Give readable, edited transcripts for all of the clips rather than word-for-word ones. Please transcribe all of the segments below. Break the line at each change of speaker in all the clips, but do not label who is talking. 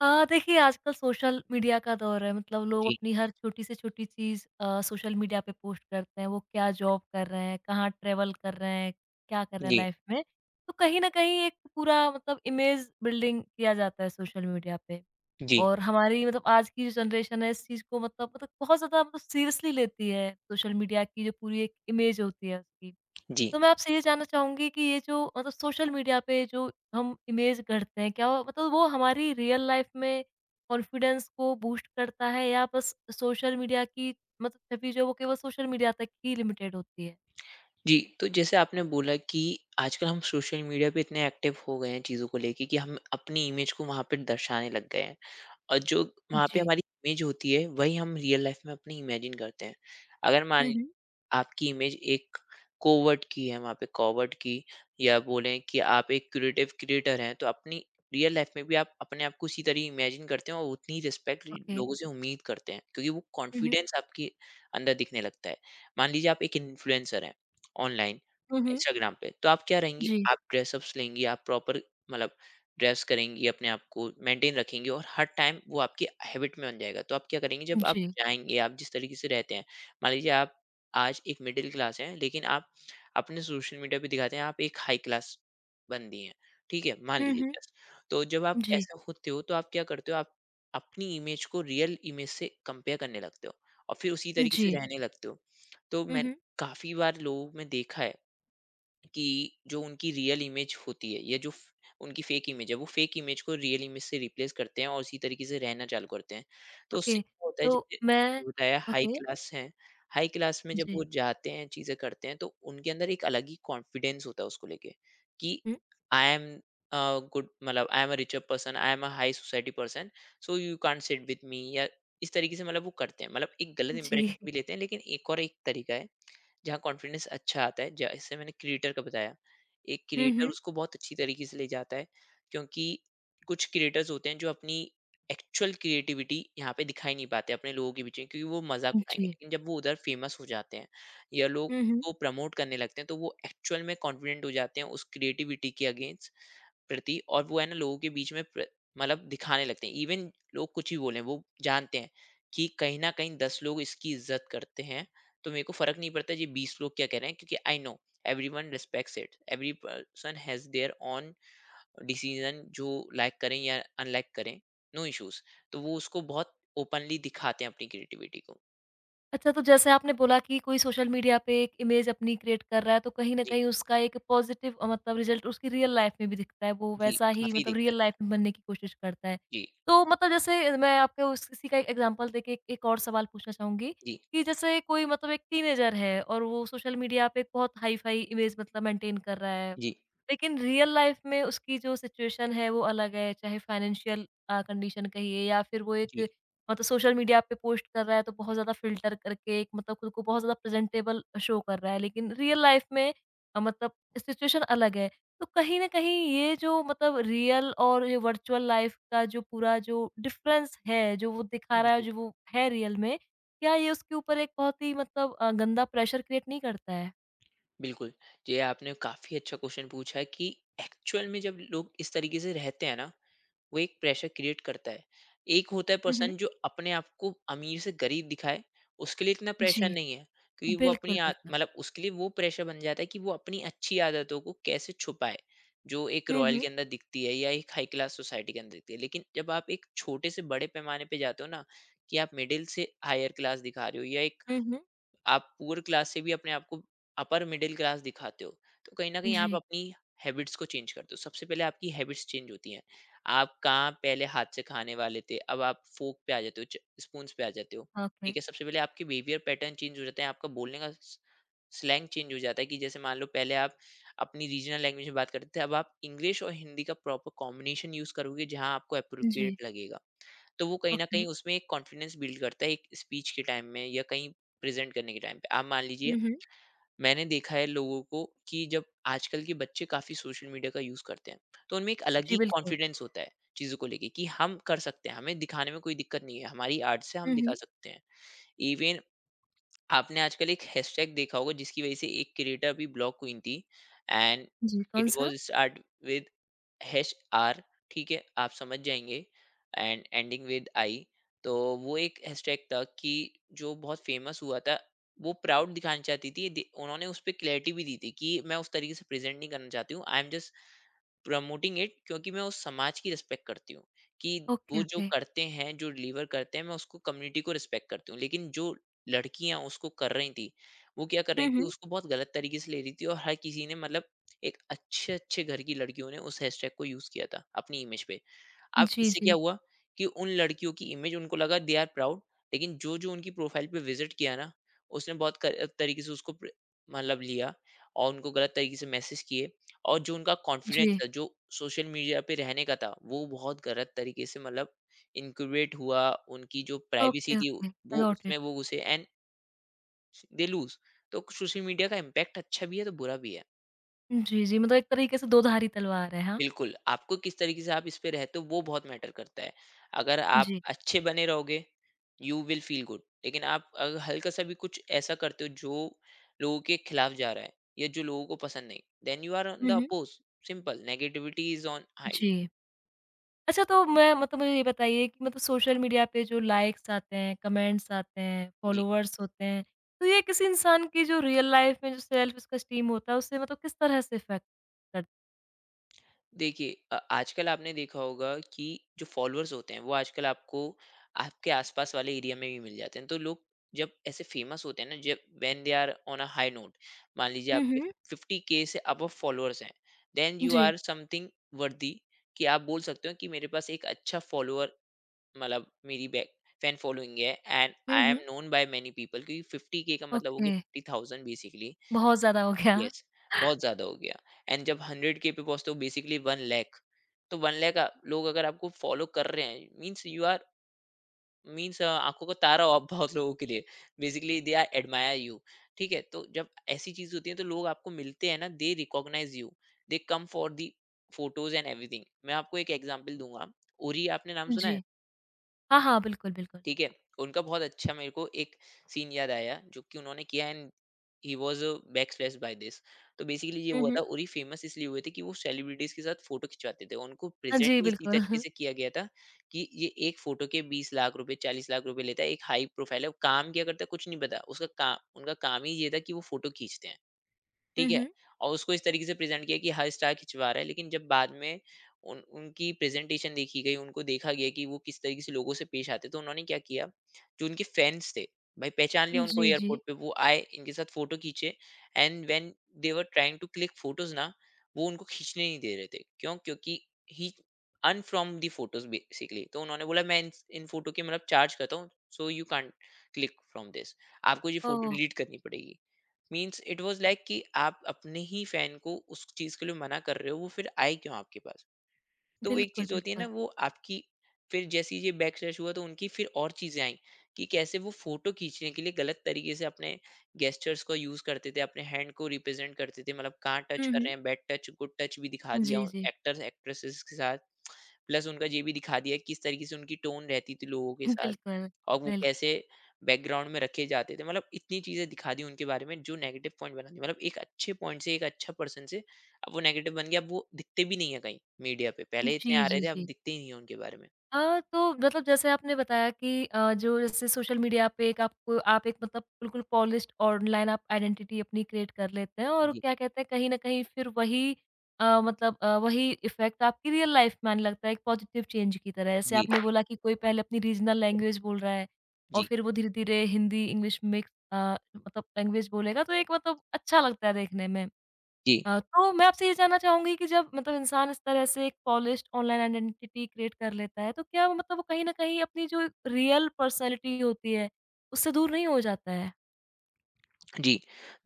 देखिए आजकल social media का दौर है मतलब लोग
जी,
अपनी हर छोटी से छोटी चीज़ सोशल मीडिया पे पोस्ट करते हैं। वो क्या जॉब कर रहे हैं, कहाँ ट्रैवल कर रहे हैं, क्या कर रहे हैं
जी,
लाइफ में। तो कहीं न कहीं एक पूरा मतलब इमेज बिल्डिंग किया जाता है सोशल मीडिया पे।
जी,
और हमारी मतलब आज की जो जनरेशन है इस चीज़ को मतलब बहुत ज़्यादा मतलब सीरियसली लेती है सोशल मीडिया की जो पूरी एक इमेज होती है उसकी।
जी,
तो मैं आपसे ये जानना चाहूँगी कि ये जो मतलब सोशल मीडिया पे जो हम इमेज गढ़ते हैं, क्या वो मतलब वो हमारी रियल लाइफ में कॉन्फिडेंस को बूस्ट करता है या बस सोशल मीडिया की मतलब छवि जो वो केवल सोशल मीडिया तक ही लिमिटेड होती है?
जी। तो जैसे आपने बोला कि आजकल हम सोशल मीडिया पे इतने एक्टिव हो गए हैं चीज़ों को लेके कि हम अपनी इमेज को वहाँ पे दर्शाने लग गए हैं, और जो वहाँ पे
जी।
हमारी इमेज होती है, वही हम रियल लाइफ़ में अपनी इमेजिन करते हैं। अगर
हुँ,
मान
हुँ।
आपकी इमेज एक कोवर्ट की है वहाँ पे कोवर्ट की, या बोलें कि आप एक क्रिएटिव क्रिएटर हैं, तो अपनी रियल लाइफ में भी आप अपने आप को उसी तरह इमेजिन करते हैं और उतनी रिस्पेक्ट
ओके।
लोगों से उम्मीद करते हैं, क्योंकि वो
हुँ, हुँ।
कॉन्फिडेंस आपके अंदर दिखने लगता है। मान लीजिए आप एक इन्फ्लुएंसर हैं ऑनलाइन
हुँ, हुँ।
इंस्टाग्राम पे, तो आप क्या रहेंगी,
जी,
आप ड्रेसअप्स लेंगी, आप प्रॉपर मतलब ड्रेस करेंगी, अपने आप को मेंटेन रखेंगी, और हर टाइम वो आपकी हैबिट में बन जाएगा। तो आप क्या करेंगी जब आप
जी।
जाएंगे, आप जिस तरीके से रहते हैं। मान लीजिए आप आज एक मिडिल क्लास है लेकिन आप अपने सोशल मीडिया पे दिखाते हैं आप एक हाई क्लास बंदी हैं, ठीक है, मान
हुँ,
लीजिए
हुँ।
जस्ट। तो जब आप
जी,
ऐसा होते हो तो आप क्या करते हो, आप अपनी इमेज को रियल इमेज से कंपेयर करने लगते हो और फिर उसी तरीके से
जी।
रहने लगते हो। तो
हुँ,
मैं
हुँ।
काफी बार लोगों में देखा है कि जो उनकी रियल इमेज होती है, या जो उनकी फेक इमेज है, वो फेक इमेज को रियल इमेज से रिप्लेस करते हैं और उसी तरीके से रहना चालू करते हैं। तो उससे
ओके,
क्या होता है,
तो
जैसे
मैं
बताया हाई
ओके,
क्लास है, हाई क्लास में जब
जी।
वो जाते हैं चीजें करते हैं तो उनके अंदर एक अलग ही कॉन्फिडेंस होता है उसको लेके कि
हुँ,
आई एम गुड, मतलब I am a richer person, I am a high society person, so you can't sit with me, या इस तरीके से मतलब वो करते हैं, मतलब एक गलत
जी।
इंप्रेशन भी लेते हैं। लेकिन एक और एक तरीका है जहाँ कॉन्फिडेंस अच्छा आता है, जैसे मैंने क्रिएटर का बताया, एक
हुँ,
क्रिएटर
हुँ।
उसको बहुत अच्छी तरीके से ले जाता है, क्योंकि कुछ क्रिएटर्स होते हैं जो अपनी एक्चुअल क्रिएटिविटी यहाँ पे दिखा ही नहीं पाते अपने लोगों के बीच में, क्योंकि वो मज़ाक उड़ाएँगे।
जी।
लेकिन जब वो उधर फेमस हो जाते हैं, या लोग
हुँ, हुँ।
वो प्रमोट करने लगते हैं, तो वो एक्चुअल में कॉन्फिडेंट हो जाते हैं उस क्रिएटिविटी के अगेंस्ट प्रति, और वो है ना लोगों के बीच में मतलब दिखाने लगते हैं। इवन लोग कुछ ही बोले वो जानते हैं कि कहीं ना कहीं दस लोग इसकी इज्जत करते हैं, तो मेरे को फर्क नहीं पड़ता ये बीस लोग क्या कह रहे हैं, क्योंकि I know everyone respects it, every person has their own decision जो लाइक करें या अनलाइक करें, नो इश्यूज। तो वो उसको बहुत ओपनली दिखाते हैं अपनी क्रिएटिविटी को।
अच्छा, तो जैसे आपने बोला कि कोई सोशल मीडिया पे एक इमेज अपनी क्रिएट कर रहा है, तो कहीं न
जी।
कहीं उसका एक पॉज़िटिव मतलब रिज़ल्ट उसकी रियल लाइफ़ में भी दिखता है, वो
जी,
वैसा ही
काफी
मतलब
दिखता है।
रियल लाइफ़ में बनने की कोशिश करता है।
जी।
तो मतलब जैसे मैं आपको उस इसी का एक एग्ज़ाम्पल देके एक एक और सवाल पूछना चाहूँगी
जी।
कि जैसे कोई मतलब एक टीनेजर है और वो सोशल मीडिया पे एक बहुत हाई-फ़ाई इमेज मतलब मेंटेन कर रहा है।
जी।
लेकिन रियल लाइफ़ में उसकी जो सिचुएशन है, वो अलग है, चाहे फ़ाइनेंशियल कंडीशन कहिए या फिर वो एक हाँ, तो सोशल मीडिया पे पोस्ट कर रहा है तो बहुत ज़्यादा फ़िल्टर करके एक मतलब खुद को बहुत ज़्यादा प्रेज़ेंटेबल शो कर रहा है, लेकिन रियल लाइफ़ में मतलब सिचुएशन अलग है। तो कहीं न कहीं ये जो मतलब रियल और ये वर्चुअल लाइफ़ का जो पूरा जो डिफ़रेंस है, जो वो दिखा रहा है,
जी।
जो वो है रियल में, क्या ये उसके ऊपर एक बहुत ही मतलब गंदा प्रेशर क्रिएट नहीं करता है?
बिल्कुल। ये आपने काफ़ी अच्छा क्वेश्चन पूछा है कि एक्चुअल में जब लोग इस तरीके से रहते हैं ना, वो एक प्रेशर क्रिएट करता है। एक होता है
हुँ, हुँ।
पर्सन जो अपने आप को अमीर से गरीब दिखाए, उसके लिए इतना
जी,
प्रेशर नहीं है, क्योंकि वो अपनी
बिल्कुल,
आद
बिल्कुल।
मतलब उसके लिए वो प्रेशर बन जाता है कि वो अपनी अच्छी आदतों को कैसे छुपाए, जो एक
हुँ,
रॉयल
हुँ।
के अंदर दिखती है या एक हाई क्लास सोसाइटी के अंदर दिखती है। लेकिन जब आप एक छोटे से बड़े पैमाने पे जाते हो ना, कि आप मिडल से हायर क्लास दिखा रहे हो, या एक
हुँ, हुँ।
आप पुअर क्लास से भी अपने आप को अपर मिडिल क्लास दिखाते हो, तो कहीं ना कहीं आप
जी।
अपनी हैबिट्स को चेंज करते हो। सबसे पहले आपकी हैबिट्स चेंज होती हैं, आप कहाँ पहले हाथ से खाने वाले थे, अब आप फोक पे आ जाते हो, स्पून पे आ जाते हो,
ओके।
ठीक है। सबसे पहले आपके बिहेवियर पैटर्न चेंज हो जाते हैं, आपका बोलने का स्लैंग चेंज हो जाता है, कि जैसे मान लो पहले आप अपनी रीजनल लैंग्वेज में बात करते थे, अब आप इंग्लिश और हिंदी का प्रॉपर कॉम्बिनेशन यूज करोगे जहाँ आपको
जी।
अप्रोप्रिएट लगेगा। तो वो कहीं ना
ओके।
कहीं उसमें एक कॉन्फिडेंस बिल्ड करता है एक स्पीच के टाइम में, या कहीं प्रेजेंट करने के टाइम पे। आप मान लीजिए,
हुँ, हुँ।
मैंने देखा है लोगों को कि जब आजकल के बच्चे काफी सोशल मीडिया का यूज करते हैं, तो उनमें एक अलग
जी,
ही
बिल्कुल।
कॉन्फिडेंस होता है चीजों को लेके कि हम कर सकते हैं, हमें दिखाने में कोई दिक्कत नहीं है, हमारी आर्ट से हम
हुँ,
दिखा
हुँ।
सकते हैं। इवन आपने आजकल एक हैशटैग देखा होगा जिसकी वजह से एक क्रिएटर भी ब्लॉक क्वीन थी, एंड
जी,
इट
कौन-सा?
Was start with hash R, ठीक है आप समझ जाएंगे, एंड एंडिंग विद आई। तो वो एक हैशटैग था कि जो बहुत फेमस हुआ था, वो प्राउड दिखाना चाहती थी। उन्होंने उस पर क्लैरिटी भी दी थी कि मैं उस तरीके से प्रेजेंट नहीं करना चाहती हूँ, I am just promoting it, क्योंकि मैं उस समाज की रिस्पेक्ट करती हूँ, कि वो
ओके,
जो
ओके।
करते हैं, जो डिलीवर करते हैं, मैं उसको कम्युनिटी को रिस्पेक्ट करती हूँ। लेकिन जो लड़कियाँ उसको कर रही थी, वो क्या कर
हुँ,
रही थी,
हुँ।
उसको बहुत गलत तरीके से ले रही थी, और हर किसी ने मतलब एक अच्छे-अच्छे घर की लड़कियों ने उस हैशटैग को यूज़ किया था अपनी इमेज पे। अब
जी,
इससे क्या
जी।
हुआ कि उन लड़कियों की इमेज, उनको लगा दे आर प्राउड, लेकिन जो-जो उनकी प्रोफाइल पे विज़िट किया ना, उसने बहुत क तरीके से उसको प्र मतलब लिया, और उनको गलत तरीके से मैसेज किए। और जो उनका कॉन्फिडेंस
जी।
था, जो सोशल मीडिया पे रहने का था, वो बहुत गलत तरीके से मतलब इनक्यूबेट हुआ, उनकी जो प्राइवेसी
ओके,
थी
ओके। आई
वो
गॉट
उसमें
इट।
वो घुसे, एंड दे लूज। तो सोशल मीडिया का इम्पैक्ट अच्छा भी है तो बुरा भी है।
जी, जी मतलब एक तरीके से दो-धारी तलवार है, हाँ?
बिल्कुल, आपको किस तरीके से आप इस पे रहते हो वो बहुत मैटर करता है। अगर आप
जी।
अच्छे बने रहोगे, यू विल फील गुड, लेकिन आप अगर हल्का सा भी कुछ ऐसा करते हो जो लोगों के खिलाफ जा रहा है, या जो लोगों को पसंद नहीं, then you are on the
हुँ, हुँ।
Oppose, simple, negativity is on high.
जी। अच्छा तो मैं मतलब मुझे ये बताइए कि मतलब सोशल मीडिया पे जो लाइक्स आते हैं, कमेंट्स आते हैं,
जी।
फॉलोवर्स होते हैं, तो ये किसी इंसान की जो रियल लाइफ़ में जो सेल्फ उसका एस्टीम होता है, उससे मतलब किस तरह से इफ़ेक्ट कर
देखिए, आजकल आपने देखा होगा कि जो फॉलोअर्स होते हैं वो आजकल आपको आपके आसपास वाले एरिया में भी मिल जाते हैं। तो लोग जब ऐसे फेमस होते हैं ना, जब when they are on a high note, मान लीजिए
हुँ,
आपके
हुँ।
फिफ्टी के से अबव फॉलोअर्स हैं, देन यू
जी।
आर समथिंग वर्दी, कि आप बोल सकते हो कि मेरे पास एक अच्छा फॉलोअर मतलब मेरी बैक फैन फॉलोइंग है, एंड
हुँ,
आई
हुँ।
Am known by many people, क्योंकि फिफ्टी के का मतलब हो गया
ओके।
Fifty thousand basically.
बहुत ज़्यादा हो गया।
यस, बहुत ज़्यादा हो गया। एंड जब 100 के पे पहुँचते हो बेसिकली 1 लाख, तो 1 लाख लोग अगर आपको फॉलो कर रहे हैं, मीन्स यू आर, मीन्स आँखों का तारा हो आप बहुत लोगों के लिए। Basically they are admire you. ठीक है? तो जब ऐसी चीज़ होती है तो लोग आपको मिलते हैं ना, they recognise you, they come for the photos and everything. मैं आपको एक एग्ज़ाम्पल दूँगा, ओरी आपने नाम सुना
जी।
है?
हाँ, हाँ। बिल्कुल, बिल्कुल।
ठीक है? उनका बहुत अच्छा मेरे को एक सीन याद आया जो कि उन्होंने किया, and he was backslash by this. तो बेसिकली ये
हुँ,
हुआ था,
हुँ।
उरी फेमस इसलिए हुए थे कि वो सेलिब्रिटीज़ के साथ फ़ोटो खिंचवाते थे। उनको
हाँ
प्रेज़ेंट
जी,
ही इसी तरीके
बिल्कुल।
से किया गया था कि ये एक फ़ोटो के 20 लाख रुपए, 40 लाख रुपए लेता है। एक हाई प्रोफ़ाइल है, वो काम क्या करता है कुछ नहीं पता। उसका काम, उनका काम ही ये था कि वो फ़ोटो खींचते हैं।
हुँ,
ठीक है?
हुँ।
और उसको इस तरीके से प्रेज़ेंट किया कि हर स्टार खिंचवा रहा है, लेकिन जब बाद में उन उनकी प्रेज़ेंटेशन देखी गई, उनको देखा गया कि वो किस तरीके से लोगों से पेश आते हैं, तो उन्होंने क्या किया, जो उनके फैन्स थे, भाई पहचान लिया हुँ। उनको
जी,
एयरपोर्ट
जी।
पे वो आए, इनके साथ फ़ोटो खींचे, and when they were trying to click photos ना, वो उनको खींचने नहीं दे रहे थे। क्यों? क्योंकि he earn from the photos basically. तो उन्होंने बोला, "मैं इन इन फ़ोटो के मतलब चार्ज करता हूँ, so you can't click from this. आपको ये फ़ोटो
ओह!
डिलीट करनी पड़ेगी।" मीन्स इट वाज लाइक कि आप अपने ही फैन को उस चीज के लिए मना कर रहे हो, वो फिर आए क्यों आपके पास। तो वो एक
बिल्कुल,
चीज होती है ना,
बिल्कुल।
वो आपकी। फिर जैसे ही ये बैक स्लैश हुआ तो उनकी फिर और चीजें आई कि कैसे वो फोटो खींचने के लिए गलत तरीके से अपने गेस्टर्स को यूज करते थे, अपने हैंड को रिप्रेजेंट करते थे, मतलब कहाँ टच
हुँ,
कर
हुँ।
रहे हैं, बैड टच गुड टच भी दिखा दिया
जी, जी।
एक्टर्स एक्ट्रेसेस के साथ। प्लस उनका ये भी दिखा दिया किस तरीके से उनकी टोन रहती थी लोगों के साथ,
बिल्कुल,
और वो
बिल्कुल।
कैसे बैकग्राउंड में रखे जाते थे। मतलब इतनी चीजें दिखा दी उनके बारे में जो नेगेटिव पॉइंट बना दी, मतलब एक अच्छे पॉइंट से एक अच्छा पर्सन से अब वो नेगेटिव बन गया। अब वो दिखते भी नहीं है कहीं, मीडिया पे पहले इतने
जी,
आ रहे
जी,
थे, अब
जी।
दिखते ही नहीं है उनके बारे में।
तो मतलब जैसे आपने बताया कि जो जैसे सोशल मीडिया पे एक आपको आप एक मतलब बिल्कुल पॉलिश्ड ऑनलाइन आप आइडेंटिटी अपनी क्रिएट कर लेते हैं और
जी,
क्या कहते हैं कहीं न कहीं फिर वही मतलब वही इफ़ेक्ट आपकी रियल लाइफ़ में आने लगता है एक पॉजिटिव चेंज की तरह। जैसे
जी,
आपने बोला कि कोई पहले अपनी रीजनल लैंग्वेज बोल रहा है और
जी।
फिर वो धीरे-धीरे हिंदी, इंग्लिश मिक्स मतलब लैंग्वेज बोलेगा तो एक मतलब अच्छा लगता है देखने में।
जी।
तो मैं आपसे ये जानना चाहूँगी कि जब मतलब इंसान इस तरह से एक पॉलिश्ड ऑनलाइन आइडेंटिटी क्रिएट कर लेता है, तो क्या वो मतलब वो कहीं न कहीं अपनी जो रियल पर्सनैलिटी होती है, उससे दूर नहीं हो जाता है?
जी।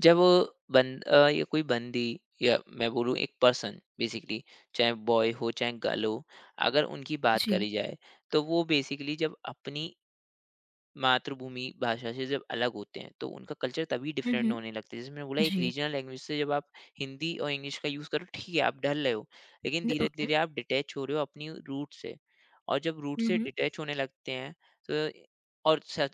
जब बंद या कोई बंदी, या मैं बोलूँ एक पर्सन बेसिकली, चाहे बॉय हो चाहे गर्ल हो, अगर उनकी बात
जी।
करी जाए, तो वो बेसिकली जब अपनी मातृभूमि भाषा से जब अलग होते हैं, तो उनका कल्चर तभी
हुँ,
डिफरेंट
हुँ।
होने लगता है। जैसे मैंने बोला, एक
जी।
रीजनल लैंग्वेज से जब आप हिंदी और इंग्लिश का यूज़ करो, ठीक है, आप ढल रहे हो, लेकिन
न ओके।
धीरे-धीरे आप डिटैच हो रहे हो अपनी रूट से। और जब रूट
हुँ,
से
हुँ।
डिटैच होने लगते हैं, तो और स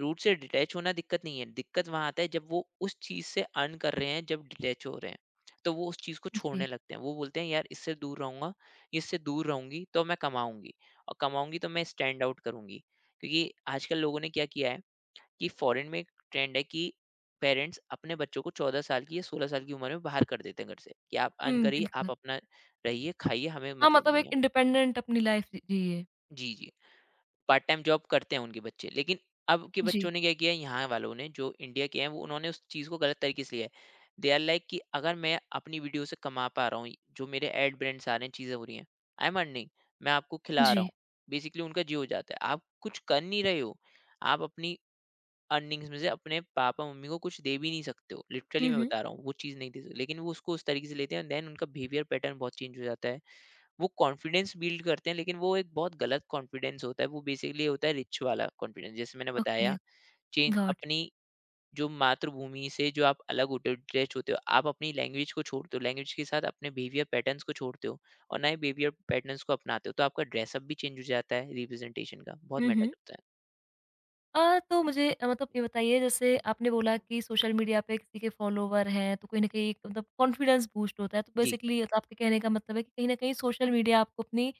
रूट से डिटैच होना दिक्कत नहीं है, दिक्कत वहाँ आता है जब वो उस चीज़ से अर्न कर रहे हैं, जब डिटैच हो रहे हैं। तो वो उस चीज़ को छोड़ने
जी।
लगते हैं। वो बोलते हैं, "यार, इससे दूर रहूँगा, इससे दूर रहूँगी, तो मैं कमाऊँगी, और कमाऊँगी तो मैं स्टैंड आउट करूँगी।" क्योंकि आजकल लोगों ने क्या किया है कि फॉरेन में एक ट्रेंड है कि पेरेंट्स अपने बच्चों को 14 साल की या 16 साल की उम्र में बाहर कर देते हैं घर से कि आप अर्न
हुँ,
करिए, आप
बिल्कुल।
अपना रहिए खाइए, हमें
हाँ,
मतलब
मतलब
नहीं
एक
है।
इंडिपेंडेंट अपनी लाइफ़ जी जिए।
जी, जी। पार्ट टाइम जॉब करते हैं उनके बच्चे, लेकिन अब के बच्चों
जी।
ने क्या किया है, यहाँ वालों ने जो इंडिया के हैं, वो उन्होंने उस चीज़ को गलत तरीके से लिया है। दे आर लाइक कि अगर मैं अपनी वीडियो से कमा पा रहा हूँ, जो मेरे एड ब्रांड्स आ रहे हैं, चीज़ें हो रही हैं, आई एम अर्निंग, मैं आपको खिला रहा
जी।
हूँ। बेसिकली उनका जी हो जाता है, आप कुछ कर नहीं रहे हो, आप अपनी अर्निंग्स में से अपने पापा-मम्मी को कुछ दे भी नहीं सकते हो। लिटरली
हुँ,
मैं
हुँ।
बता रहा हूँ, वो चीज़ नहीं दे सकते। लेकिन वो उसको उस तरीके से लेते हैं, देन उनका बिहेवियर पैटर्न बहुत चेंज हो जाता है। वो कॉन्फिडेंस बिल्ड करते हैं, लेकिन वो एक बहुत गलत कॉन्फिडेंस होता है। वो बेसिकली होता है रिच वाला कॉन्फिडेंस। जैसे मैंने
ओके,
बताया चेंज
गॉट इट।
अपनी, जो मातृभूमि से जो आप अलग होते हो, अटैच होते हो, आप अपनी लैंग्वेज को छोड़ते हो, लैंग्वेज के साथ अपने बिहेवियर पैटर्न्स को छोड़ते हो, और नए बिहेवियर पैटर्न्स को अपनाते हो। तो आपका ड्रेसअप भी चेंज हो जाता है, रिप्रेजेंटेशन का, बहुत
हुँ,
मैटर
हुँ।
करता है।
तो मुझे मतलब ये बताइए जैसे आपने बोला कि सोशल मीडिया पे किसी के फॉलोवर हैं तो कहीं न कहीं एक तो मतलब कॉन्फिडेंस बूस्ट होता है। तो
जी,
बेसिकली मतलब आपके कहने का मतलब है कि कहीं न कहीं सोशल मीडिया आपको अपनी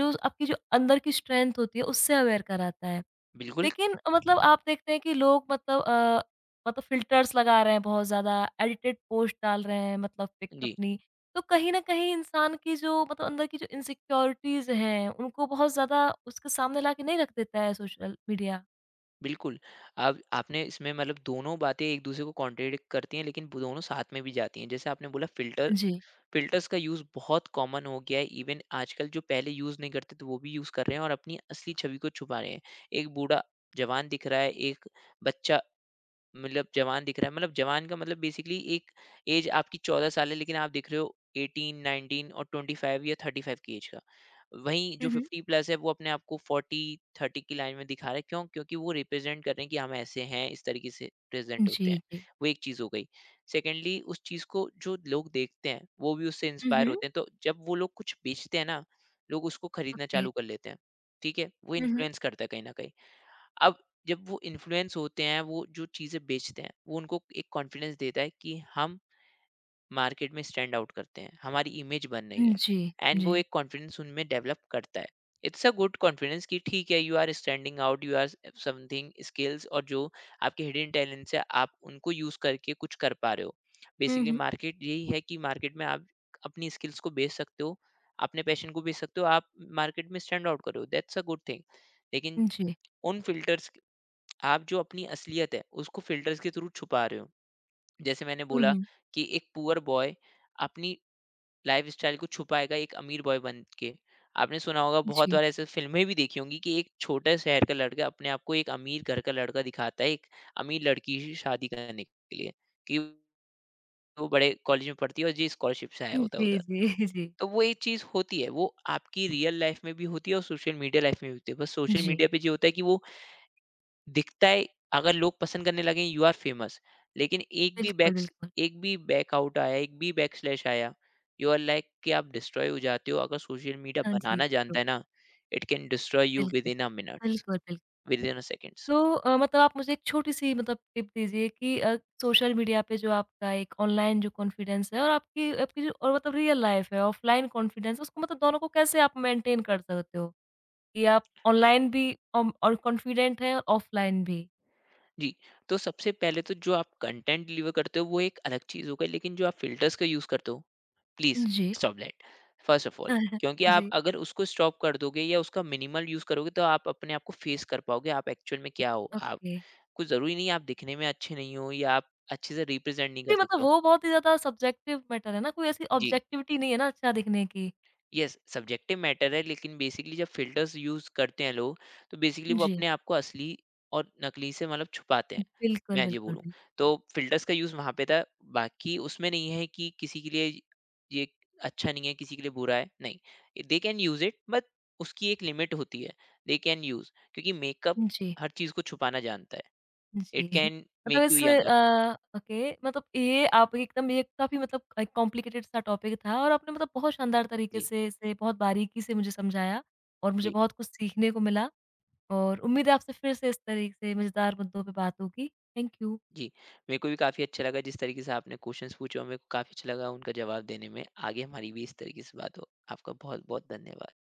जो आपकी जो अंदर की स्ट्रेंथ होती है उससे अवेयर कराता है।
बिल्कुल।
लेकिन मतलब आप देखते हैं कि लोग मतलब मतलब फ़िल्टर्स लगा रहे हैं बहुत ज़्यादा, एडिटेड पोस्ट डाल रहे हैं मतलब पिक्स
जी।
अपनी। तो कहीं न कहीं इंसान की जो मतलब अंदर की जो इनसिक्योरिटीज़ हैं उनको बहुत ज़्यादा उसके सामने ला के नहीं रख देता है सोशल मीडिया?
बिल्कुल। अब आपने इसमें मतलब दोनों बातें एक दूसरे को कॉन्ट्रडिक्ट करती हैं, लेकिन वो दोनों साथ में भी जाती हैं। जैसे आपने बोला फ़िल्टर,
जी।
फ़िल्टर्स का यूज़ बहुत कॉमन हो गया है, इवन आजकल जो पहले यूज़ नहीं करते थे, वो भी यूज़ कर रहे हैं और अपनी असली छवि को छुपा रहे हैं। एक बूढ़ा जवान दिख रहा है, एक बच्चा मतलब जवान दिख रहा है, मतलब जवान का मतलब बेसिकली एक ऐज आपकी 14 साल है, लेकिन आप दिख रहे हो 18, 19 और 25 या 35 की ऐज का। वहीं जो
हुँ, हुँ।
50 प्लस है, वो अपने आप को 40, 30 की लाइन में दिखा रहा है, क्यों? क्योंकि वो रिप्रेज़ेंट कर रहे हैं कि हम ऐसे हैं, इस तरीके से प्रेज़ेंट
जी,
होते हैं।
जी।
वो एक चीज़ हो गई। सेकंडली उस चीज़ को जो लोग देखते हैं, वो भी उससे
हुँ,
इंस्पायर
हुँ।
होते हैं, तो जब वो लोग कुछ बेचते हैं ना, लोग उसको खरीदना
ओके।
चालू कर लेते हैं। ठीक है? वो
हुँ, हुँ।
इन्फ्लुएंस करता है कहीं न कहीं। अब जब वो इन्फ्लुएंस होते हैं, वो जो चीज़ें बेचते हैं वो उनको एक कॉन्फिडेंस देता है कि हम मार्केट में स्टैंड आउट करते हैं, हमारी इमेज बन रही
हुँ, जी,
है, एंड वो
जी।
एक कॉन्फिडेंस उनमें डेवलप करता है। इट्स अ गुड कॉन्फिडेंस कि ठीक है, you are standing out, you are something skills और जो आपके हिडन टैलेंट से आप उनको यूज करके कुछ कर पा रहे हो।
हुँ,
बेसिकली
हुँ।
मार्केट यही है कि मार्केट में आप अपनी स्किल्स को बेच सकते हो, अपने पैशन को बेच सकते हो, आप मार्केट में स्टैंड आउट करो, दैट्स अ गुड थिंग। लेकिन
जी।
उन फिल्टर्स, आप जो अपनी असलियत है उसको फिल्टर्स के थ्रू छुपा रहे हो। जैसे मैंने
हुँ,
बोला
हुँ।
कि एक पुअर बॉय अपनी लाइफस्टाइल को छुपाएगा एक अमीर बॉय बन के। आपने सुना होगा, बहुत
जी।
बार ऐसे फ़िल्में भी देखी होंगी कि एक छोटे शहर का लड़का अपने आप को एक अमीर घर का लड़का दिखाता है, एक अमीर लड़की से शादी करने के लिए, कि वो बड़े कॉलेज में पढ़ती है और जी स्कॉलरशिप से आया होता है
जी,
उधर।
जी, जी।
तो वो एक चीज़ होती है, वो आपकी रियल लाइफ़ में भी होती है और सोशल मीडिया लाइफ़ में भी होती है। बस सोशल
जी।
मीडिया पे ये होता है कि वो दिखता है, अगर लोग पसंद करने लगे यू आर फेमस। लेकिन एक भी
बिल्कुल,
बैक
बिल्कुल।
एक भी बैकआउट आया, एक भी बैकस्लैश आया, यू आर लाइक कि आप डिस्ट्रॉय हो जाते हो। अगर सोशल मीडिया
हाँ जी,
बनाना जानता
तो
है ना, it can destroy you with
बिल्कुल।
इन अ मिनट्स,
बिल्कुल, बिल्कुल।
Within a seconds.
तो मतलब आप मुझे एक छोटी-सी मतलब टिप दीजिए कि सोशल मीडिया पे जो आपका एक ऑनलाइन जो कॉन्फिडेंस है और आपकी आपकी जो और मतलब रियल लाइफ़ है, ऑफ़लाइन कॉन्फिडेंस उसको मतलब दोनों को कैसे आप मेंटेन कर सकते हो? कि आप ऑनलाइन भी अम और कॉन्फिडेंट हैं, ऑफ़लाइन भी?
जी। तो सबसे पहले तो जो आप कंटेंट डिलीवर करते हो वो एक अलग चीज़ हो गई, लेकिन जो आप फिल्टर्स का यूज़ करते हो, प्लीज़
जी।
Stop that, first of all. क्योंकि आप
जी।
अगर उसको स्टॉप कर दोगे या उसका मिनिमल यूज़ करोगे, तो आप अपने आप को फेस कर पाओगे, आप एक्चुअल में क्या हो। आप,
ओके।
कुछ ज़रूरी नहीं है आप दिखने में अच्छे नहीं हो या आप अच्छे से रिप्रेज़ेंट नहीं कर
जी, मतलब
सकते हो।
वो बहुत ही ज़्यादा सब्जेक्टिव मैटर है ना, कोई ऐसी
जी,
ऑब्जेक्टिविटी नहीं है ना अच्छा दिखने की।
येस सब्जेक्टिव मैटर है, लेकिन बेसिकली जब फ़िल्टर्स यूज़ करते हैं लोग, तो बेसिकली वो
जी।
अपने आप को असली और नकली से मतलब छुपाते हैं,
बिल्कुल,
मैं ये
बिल्कुल,
बोलूँ।
बिल्कुल।
तो फ़िल्टर्स का यूज़ वहाँ पे था, बाकी उसमें नहीं है कि किसी के लिए ये अच्छा नहीं है, किसी के लिए बुरा है, नहीं। They can use it but उसकी एक लिमिट होती है, दे कैन यूज़ क्योंकि मेकअप
जी, जी।
हर चीज़ को छुपाना जानता है। इट कैन
मतलब
make you
is
younger.
Okay मतलब ये आप एकदम ये काफ़ी मतलब एक कॉम्प्लिकेटेड सा टॉपिक था और आपने मतलब बहुत शानदार तरीके
जी,
से इसे बहुत बारीकी से मुझे समझाया और मुझे
जी।
बहुत कुछ सीखने को मिला और उम्मीद है आपसे फिर से इस तरीके से मज़ेदार मुद्दों पे बात होगी। Thank you.
जी, मेरे को भी काफ़ी अच्छा लगा जिस तरीके से आपने क्वेश्चंस पूछे और मेरे को काफ़ी अच्छा लगा उनका जवाब देने में। आगे हमारी भी इस तरीके से बात हो। आपका बहुत-बहुत धन्यवाद।